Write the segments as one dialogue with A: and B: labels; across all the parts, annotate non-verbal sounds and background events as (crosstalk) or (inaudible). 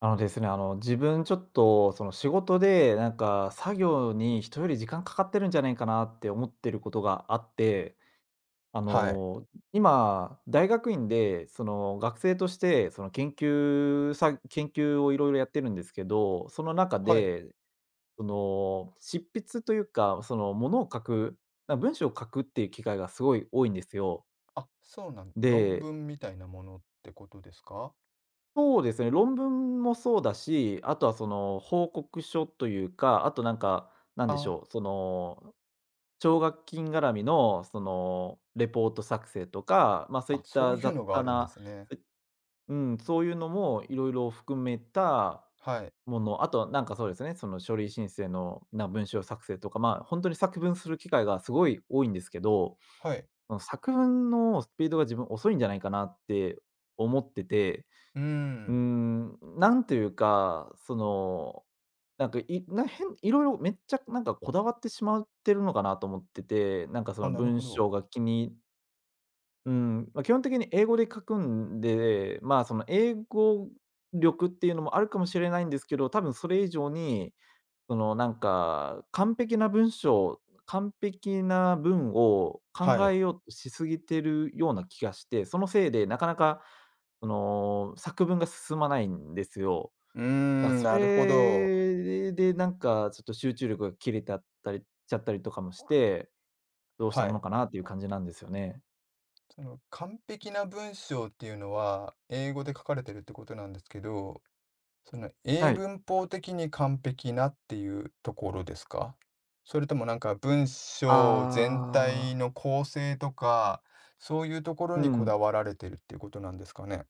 A: あのですね、あの、自分ちょっと、その、仕事で、作業に人より時間かかってるんじゃないかなって思ってることがあって、あ
B: はい。
A: の、今、大学院で、学生として、研究をいろいろやってるんですけど、その中
B: はい。
A: で、執筆というか、ものを書く、文章を書くっていう機会がすごい多いんですよ。
B: あ、そうなん、論
A: で
B: 文みたいなものってことですか？
A: そうですね、論文もそうだし、あとはその報告書というか、あとなんか、なんでし
B: あ
A: ょう、その奨学金絡みのそのレポート作成とか、まあ、そうい
B: あ、
A: っ
B: そう
A: た
B: いう
A: 雑
B: のがあ
A: 多
B: るんで
A: な、
B: すね。
A: うん、そういうのもいろいろ含めた
B: はい。
A: もの、あと、書類申請の文章作成とか、まあ、本当に作文する機会がすごい多いんですけど、
B: はい。
A: その作文のスピードが自分遅いんじゃないかなって思ってて、
B: うーん。
A: なんというか、いな変いろいろめっちゃなんかこだわってしまってるのかなと思ってて、なんかそ
B: あ、
A: の
B: なる
A: 文
B: ほど。
A: 章が気に、うん、まあ、基本的に英語で書くんで、まあ、その英語力っていうのもあるかもしれないんですけど、多分それ以上にそのなんか、完璧な文章完璧な文を
B: は
A: 考
B: い。
A: えようとしすぎてるような気がして、そのせいでなかなか、その、作文が進まないんですよ。
B: うー
A: だから
B: ん、
A: そ
B: なるほど。
A: れでなんかちょっと集中力が切れてあったりしちゃったりとかもして、どうした
B: は
A: もの
B: い。
A: かなっていう感じなんですよね。
B: その完璧な文章っていうのは、英語で書かれてるってことなんですけど、その英
A: はい。
B: 文法的に完璧なっていうところですか？それともなんか文章全体
A: ああ。
B: の構成とか、そういうところ
A: う
B: にこだ
A: ん。
B: わられてるっていうことなんですかね？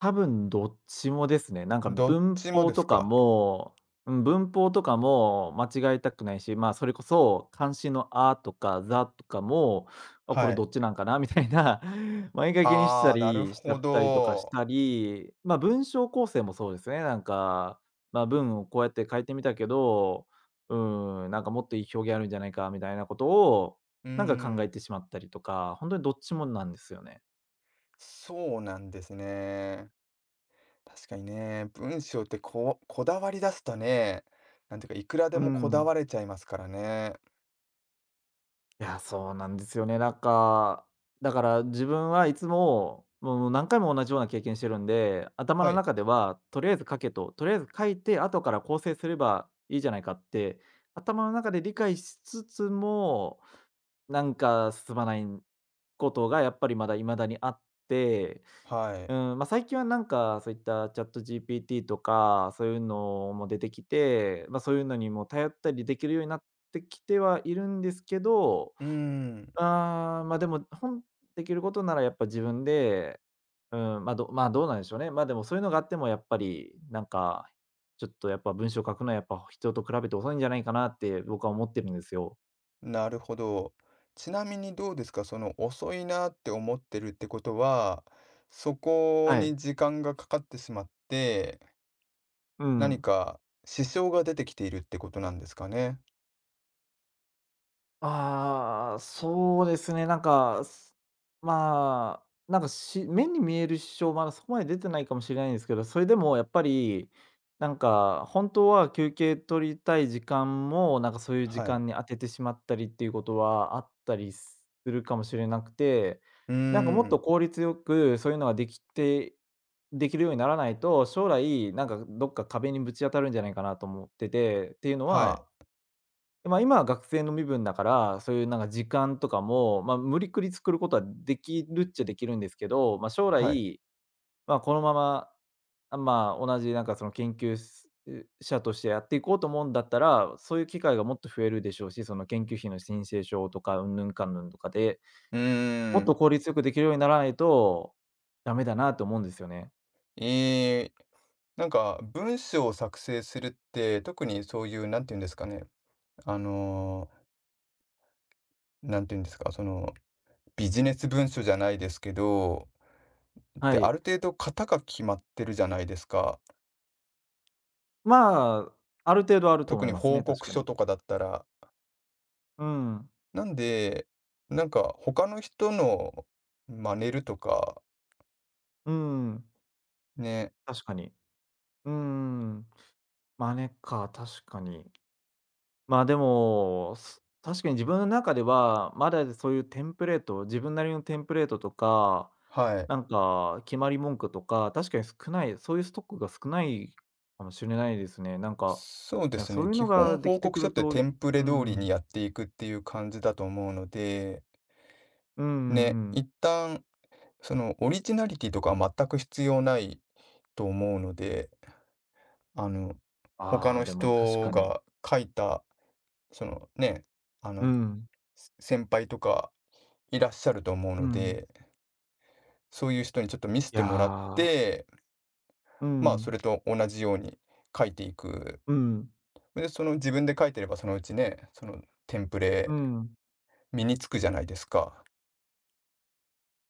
A: 多分どっちもですね。なんか
B: どっ
A: 文
B: ちも
A: 法
B: です
A: とか
B: か？
A: もうん、文法とかも間違えたくないし、まあ、それこそ漢詩の「あ」とか「ざ」とかも、あ、こ
B: は
A: れ
B: い。
A: どっちなんかなみたいな、(laughs) 前掛けにした
B: ああ、なる
A: りしちゃ
B: ほ
A: ったりとかし
B: ど。
A: たり、ま、文章構成もそうですね。ま、文をこうやって書いてみたけど、うなんかもっといい表現あるんじゃないかみたいなことを、
B: うー
A: なんか考え
B: ん、
A: てしまったりとか、本当にどっちもなんですよね。
B: そうなんですね。確かにね、文章ってここだわり出すとね、なんていうか、いくらで
A: う
B: もこだ
A: ん。
B: われちゃいますからね。
A: いや、そうなんですよね。だから自分はいつも、もう何回も同じような経験してるんで、頭
B: は
A: の
B: い、
A: 中ではとりあえず書けと、とりあえず書いて後から構成すればいいじゃないかって、頭の中で理解しつつも、なんか進まないことがやっぱりまだ未だにあって、
B: はい。
A: うん、まあ、最近はなんかそういったチャット g p t とか、そういうのも出てきて、まあ、そういうのにも頼ったりできるようになってきてはいるんですけど、
B: うーん。
A: でも、できることならやっぱ自分で、うん、どうなんでしょうね。ま、あでもそういうのがあってもやっぱり、なんか、ちょっとやっぱ文章書くのはやっぱ人と比べて遅いんじゃないかなって僕は思ってるんですよ。
B: なるほど。ちなみにどうですか、その遅いなって思ってるってことは、そこ
A: はい。
B: に時間がかかってしまって、
A: う
B: 何
A: ん。
B: か支障が出てきているってことなんですかね。
A: ああ、そうですね、まあ、なんか、目に見える支障、まだそこまで出てないかもしれないんですけど、それでもやっぱり、なんか、本当は休憩取りたい時間も、なんか、そういう時
B: はい。
A: 間に当ててしまったりっていうことはあったりするかもしれなくて、
B: うー
A: なんかもっ
B: ん。
A: と効率よくそういうのができるようにならないと、将来、なんか、どっか壁にぶち当たるんじゃないかなと思ってて、っていうの
B: はい。
A: は、でまあ、今は学生の身分だから、そういうなんか時間とかも、まあ、無理くり作ることはできるっちゃできるんですけど、まあ、将
B: はい。
A: 来、まあ、このまま、あ、まあ、同じなんかその研究者としてやっていこうと思うんだったら、そういう機会がもっと増えるでしょうし、その研究費の申請書とかうんぬんかんぬんとかで、
B: う
A: もっ
B: ー
A: と
B: ん。
A: 効率よくできるようにならないとダメだなと思うんですよね。
B: えー、なんか文章を作成するって、特にそういう、なんていうんですかね。あのなんていうんですか、その、ビジネス文書じゃないですけど、
A: は
B: で、ある
A: い。
B: 程度型が決まってるじゃないですか。
A: まあ、ある程度あると思
B: 特
A: い
B: に
A: ます
B: 報
A: ね、確
B: 告
A: か
B: 書
A: に。
B: とかだったら、
A: うん。
B: なんで、なんか他の人の真似るとか、
A: うん、
B: ね、
A: 確かに。うーん。マネか、確かに。まあ、でも、確かに自分の中では、まだそういうテンプレート、自分なりのテンプレートとか、
B: はい。
A: なんか決まり文句とか、確かに少ない、そういうストックが少ないかもしれないですね。なんか、
B: そうで
A: いや、
B: す
A: そ
B: ね、
A: ういう
B: 基
A: の
B: 本
A: がで
B: 報
A: きて
B: 告
A: く
B: 書っ
A: る
B: て
A: と、
B: テンプレ
A: う
B: 通り
A: ん、
B: にやっていくっていう感じだと思うので、
A: うんう
B: ね、
A: んうん。
B: 一旦そのオリジナリティとかは全く必要ないと思うので、あの、他
A: ああ、
B: の
A: でも確
B: 人
A: かに。
B: が書いた、そのね、あ
A: う
B: の、
A: ん、
B: せ先輩とかいらっしゃると思う
A: う
B: の
A: ん。
B: で、そういう人にちょっと見せ
A: い
B: て
A: や
B: もらっ
A: ー、
B: て、
A: う
B: まあ、そ
A: ん、
B: れと同じように書いていく。
A: うん、
B: で、その自分で書いてればそのうちね、そのテンプ
A: う
B: レ
A: ん。
B: 身につくじゃないですか。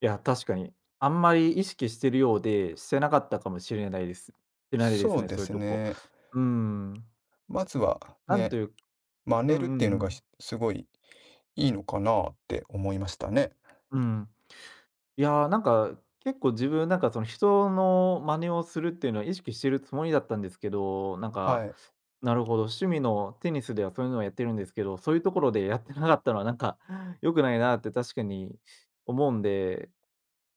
A: いや、確かに。あんまり意識してるようで、してなかったかもしれないです。してないで
B: そ
A: す
B: う
A: ね、
B: で
A: そういう
B: す
A: とこ。
B: ね。
A: うーん。
B: まずは
A: なん
B: ね、
A: という、
B: 真
A: う
B: 似る
A: ん
B: っ
A: うん
B: ていうの
A: う
B: がひ
A: ん。
B: すごいいいのかなって思いましたね。
A: うん。いや、なんか、結構自分なんかその人の真似をするっていうのは意識してるつもりだったんですけど、なん
B: は
A: か、
B: い。
A: なるほど、趣味のテニスではそういうのをやってるんですけど、そういうところでやってなかったのはなんか (laughs) 良くないなって確かに思うんで、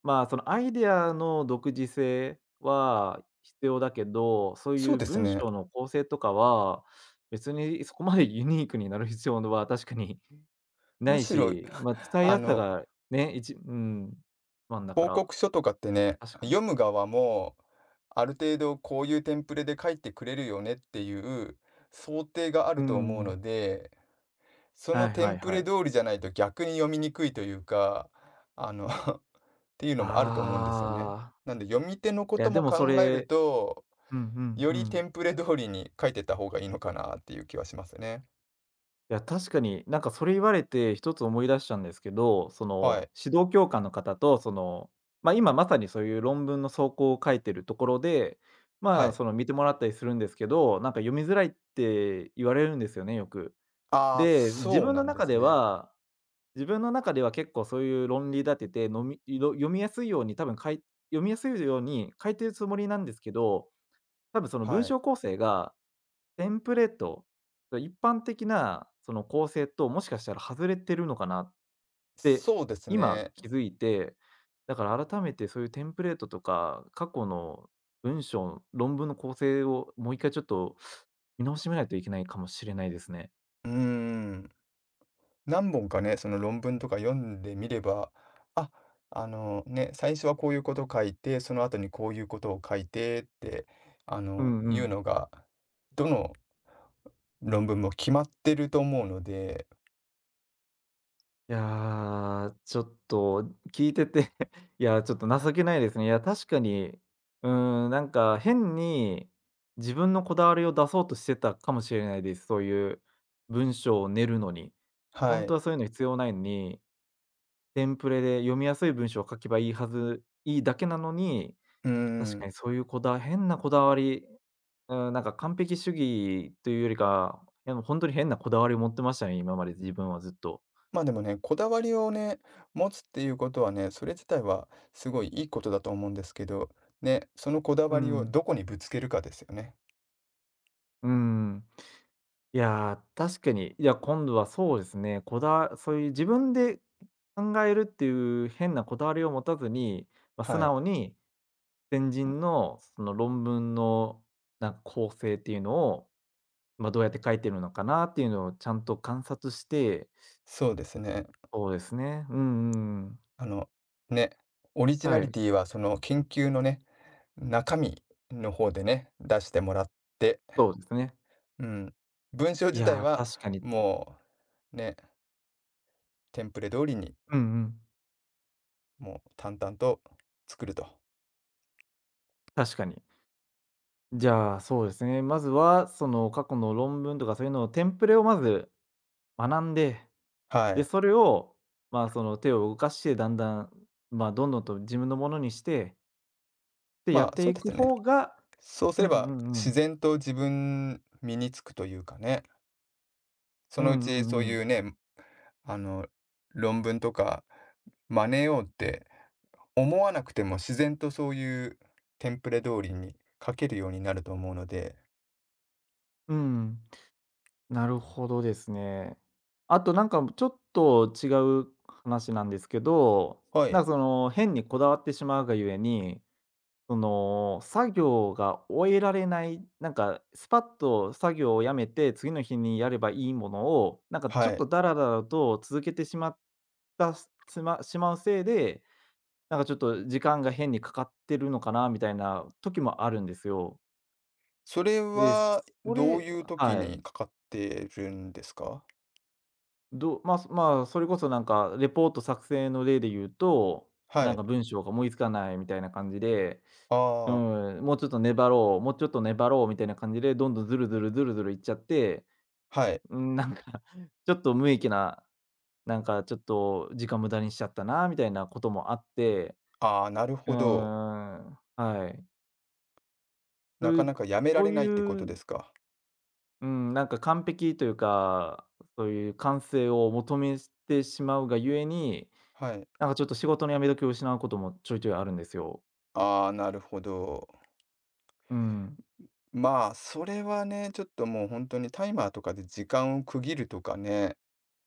A: まあ、そのアイデアの独自性は必要だけど、そう
B: そ
A: い
B: う
A: う
B: です
A: 文
B: ね。
A: 章の構成とかは、別にそこまでユニークになる必要は確かに (laughs) な
B: む
A: い
B: しろ、
A: し、
B: (laughs)
A: まあ、伝え
B: あ
A: やすさ
B: の
A: が、ね、うん、1だか
B: 報
A: ら、
B: 告書とかってね、
A: 確かに。
B: 読む側も、ある程度こういうテンプレで書いてくれるよねっていう想定があ
A: う
B: ると思う
A: ん。
B: ので、そ
A: は
B: の
A: い
B: テ
A: はい
B: ンプ
A: は
B: レ
A: い。
B: 通りじゃないと逆に読みにくいというか、あの (laughs) っていうのもあると思うんですよね。
A: ああ。
B: なんで読み手のこ
A: いや、
B: と
A: で
B: も
A: もそ
B: 考える
A: れ、
B: と、
A: うんうん
B: よ
A: う
B: り
A: ん。
B: テンプレ通りに書いてった方がいいのかなっていう気はしますね。
A: いや、確かに、なんかそれ言われて一つ思い出したんですけど、そ
B: は
A: の、
B: い。
A: 指導教官の方と、その、まあ、今まさにそういう論文の草稿を書いてるところで、
B: は
A: まあ、
B: い。
A: その、見てもらったりするんですけど、なんか読みづらいって言われるんですよね、よく。
B: ああ、
A: で、
B: そうなんですね。
A: 自分の中では結構そういう論理立てて、のみろ読みやすいように多分かい読みやすいように書いてるつもりなんですけど、多分その文
B: はい。
A: 章構成がテンプレート、一般的なその構成と、もしかしたら外れてるのかなって、
B: そうです
A: 今
B: ね。
A: 気づいて、だから改めてそういうテンプレートとか、過去の文章、論文の構成をもう一回ちょっと見直してみないといけないかもしれないですね。
B: うーん。何本かね、その論文とか読んでみれば、あ、あのね、最初はこういうことを書いて、その後にこういうことを書いてって、あ
A: う
B: の、
A: んう
B: いう
A: ん。
B: のが、どの論文も決まってると思うので、
A: いやー、ちょっと聞いてて (laughs)、いやー、ちょっと情けないですね。いや、確かに、うーん、なんか変に自分のこだわりを出そうとしてたかもしれないです。そういう文章を練るのに。
B: は
A: 本
B: い。
A: 当はそういうの必要ないのに、テンプレで読みやすい文章を書けばいいはずいいだけなのに、
B: う
A: 確か
B: ん。
A: にそういうこだ変なこだわり、うん、なんか完璧主義というよりか、本もう本当に変なこだわりを持ってましたね、今まで自分はずっと。
B: まあでもね、こだわりをね、持つっていうことはね、それ自体はすごいいいことだと思うんですけど、ね、そのこだ
A: う
B: わりを
A: ん、
B: どこにぶつけるかですよね。
A: うん。いやー、確かに。いや、今度はそうですね、こだわそういう自分で考えるっていう変なこだわりを持たずに、まあ、素
B: はい。
A: 直に先人のその論文の、なんか構成っていうのを、まあ、どうやって書いてるのかなっていうのをちゃんと観察して、
B: そうですね。
A: そうですね。うんうんうん。
B: あの、ね、オリジナ
A: は
B: リ
A: い、
B: ティはその研究のね、中身の方でね、出してもらって、
A: そうですね。
B: うん。文章
A: い
B: 自体
A: やー、
B: は
A: 確かに。
B: もうね、テンプレ通りに、
A: うんうん。
B: もう淡々と作ると。
A: 確かに。じゃあ、そうですね、まずはその過去の論文とかそういうのを、テンプレをまず学んで、
B: は
A: で、
B: い。
A: それを、まあ、その手を動かして、だんだん、まあ、どんどんと自分のものにして、で、や
B: ま
A: っ
B: あ、そ
A: て
B: う
A: い
B: で
A: く
B: すね。
A: 方が、
B: そうす
A: うん
B: れ
A: う
B: ば
A: んう
B: 自
A: ん。
B: 然と自分身につくというかね、そ
A: うん
B: のうち
A: うんう
B: そう
A: ん。
B: いうね、あの、論文とか真似ようって思わなくても自然とそういうテンプレ通りに書けるようになると思うので、
A: うん。なるほどですね。あとなんかちょっと違う話なんですけど、
B: は
A: な
B: い、
A: んかその変にこだわってしまうがゆえに、その作業が終えられない、なんかスパッと作業をやめて、次の日にやればいいものを、なんかち
B: は
A: ょっ
B: い。
A: とダラダラと続けてしまったすつましまうせいで、なんかちょっと時間が変にかかってるのかなみたいな時もあるんですよ。
B: それ
A: で、
B: は、
A: そ
B: どう
A: れ
B: いう時
A: はい。
B: にかかってるんですか？
A: まあ、まあ、それこそなんかレポート作成の例で言うと、
B: は
A: なん
B: い。
A: か文章が思いつかないみたいな感じで、
B: あ
A: う
B: あ、
A: ん、もうちょっと粘ろう、もうちょっと粘ろうみたいな感じで、どんどんずるずるずるずるいっちゃって、
B: はい。
A: うん、なんか (laughs) ちょっと無益な、なんかちょっと時間無駄にしちゃったなみたいなこともあって、
B: ああ、なる
A: う
B: ほ
A: ん、
B: ど。
A: はい。そ
B: な
A: うい
B: か
A: う
B: なかやめら
A: そ
B: れ
A: う
B: ないってこ
A: い
B: とで
A: う、
B: すか？
A: うん、なんか完璧というか、そういう完成を求めてしまうがゆえに、
B: はい。
A: なんかちょっと仕事の辞め時を失うこともちょいちょいあるんですよ。
B: ああ、なるほど。
A: うん、
B: まあ、それはね、ちょっともう本当にタイマーとかで時間を区切るとかね、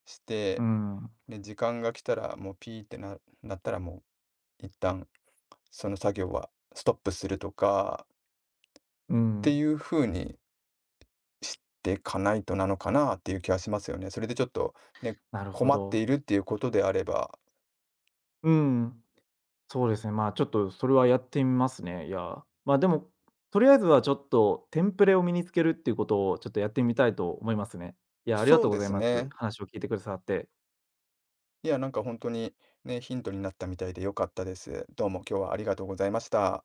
B: し
A: う
B: て、
A: ん、
B: で、時間が来たらもうピーってなったらもう一旦その作業はストップするとか
A: う
B: って
A: ん、
B: いう風に知ってかないとなのかなっていう気はしますよね。それでちょっとね、
A: なるほ
B: 困って
A: ど。
B: いるっていうことであれば、
A: うん、そうですね、まあ、ちょっとそれはやってみますね。いや、まあ、でも、とりあえずはちょっとテンプレを身につけるっていうことをちょっとやってみたいと思いますね。いや、ありが
B: そ
A: と
B: う
A: うご
B: で
A: ざい
B: す
A: ます。
B: ね。
A: 話を聞いてくださって。
B: いや、なんか本当にね、ヒントになったみたいで良かったです。どうも今日はありがとうございました。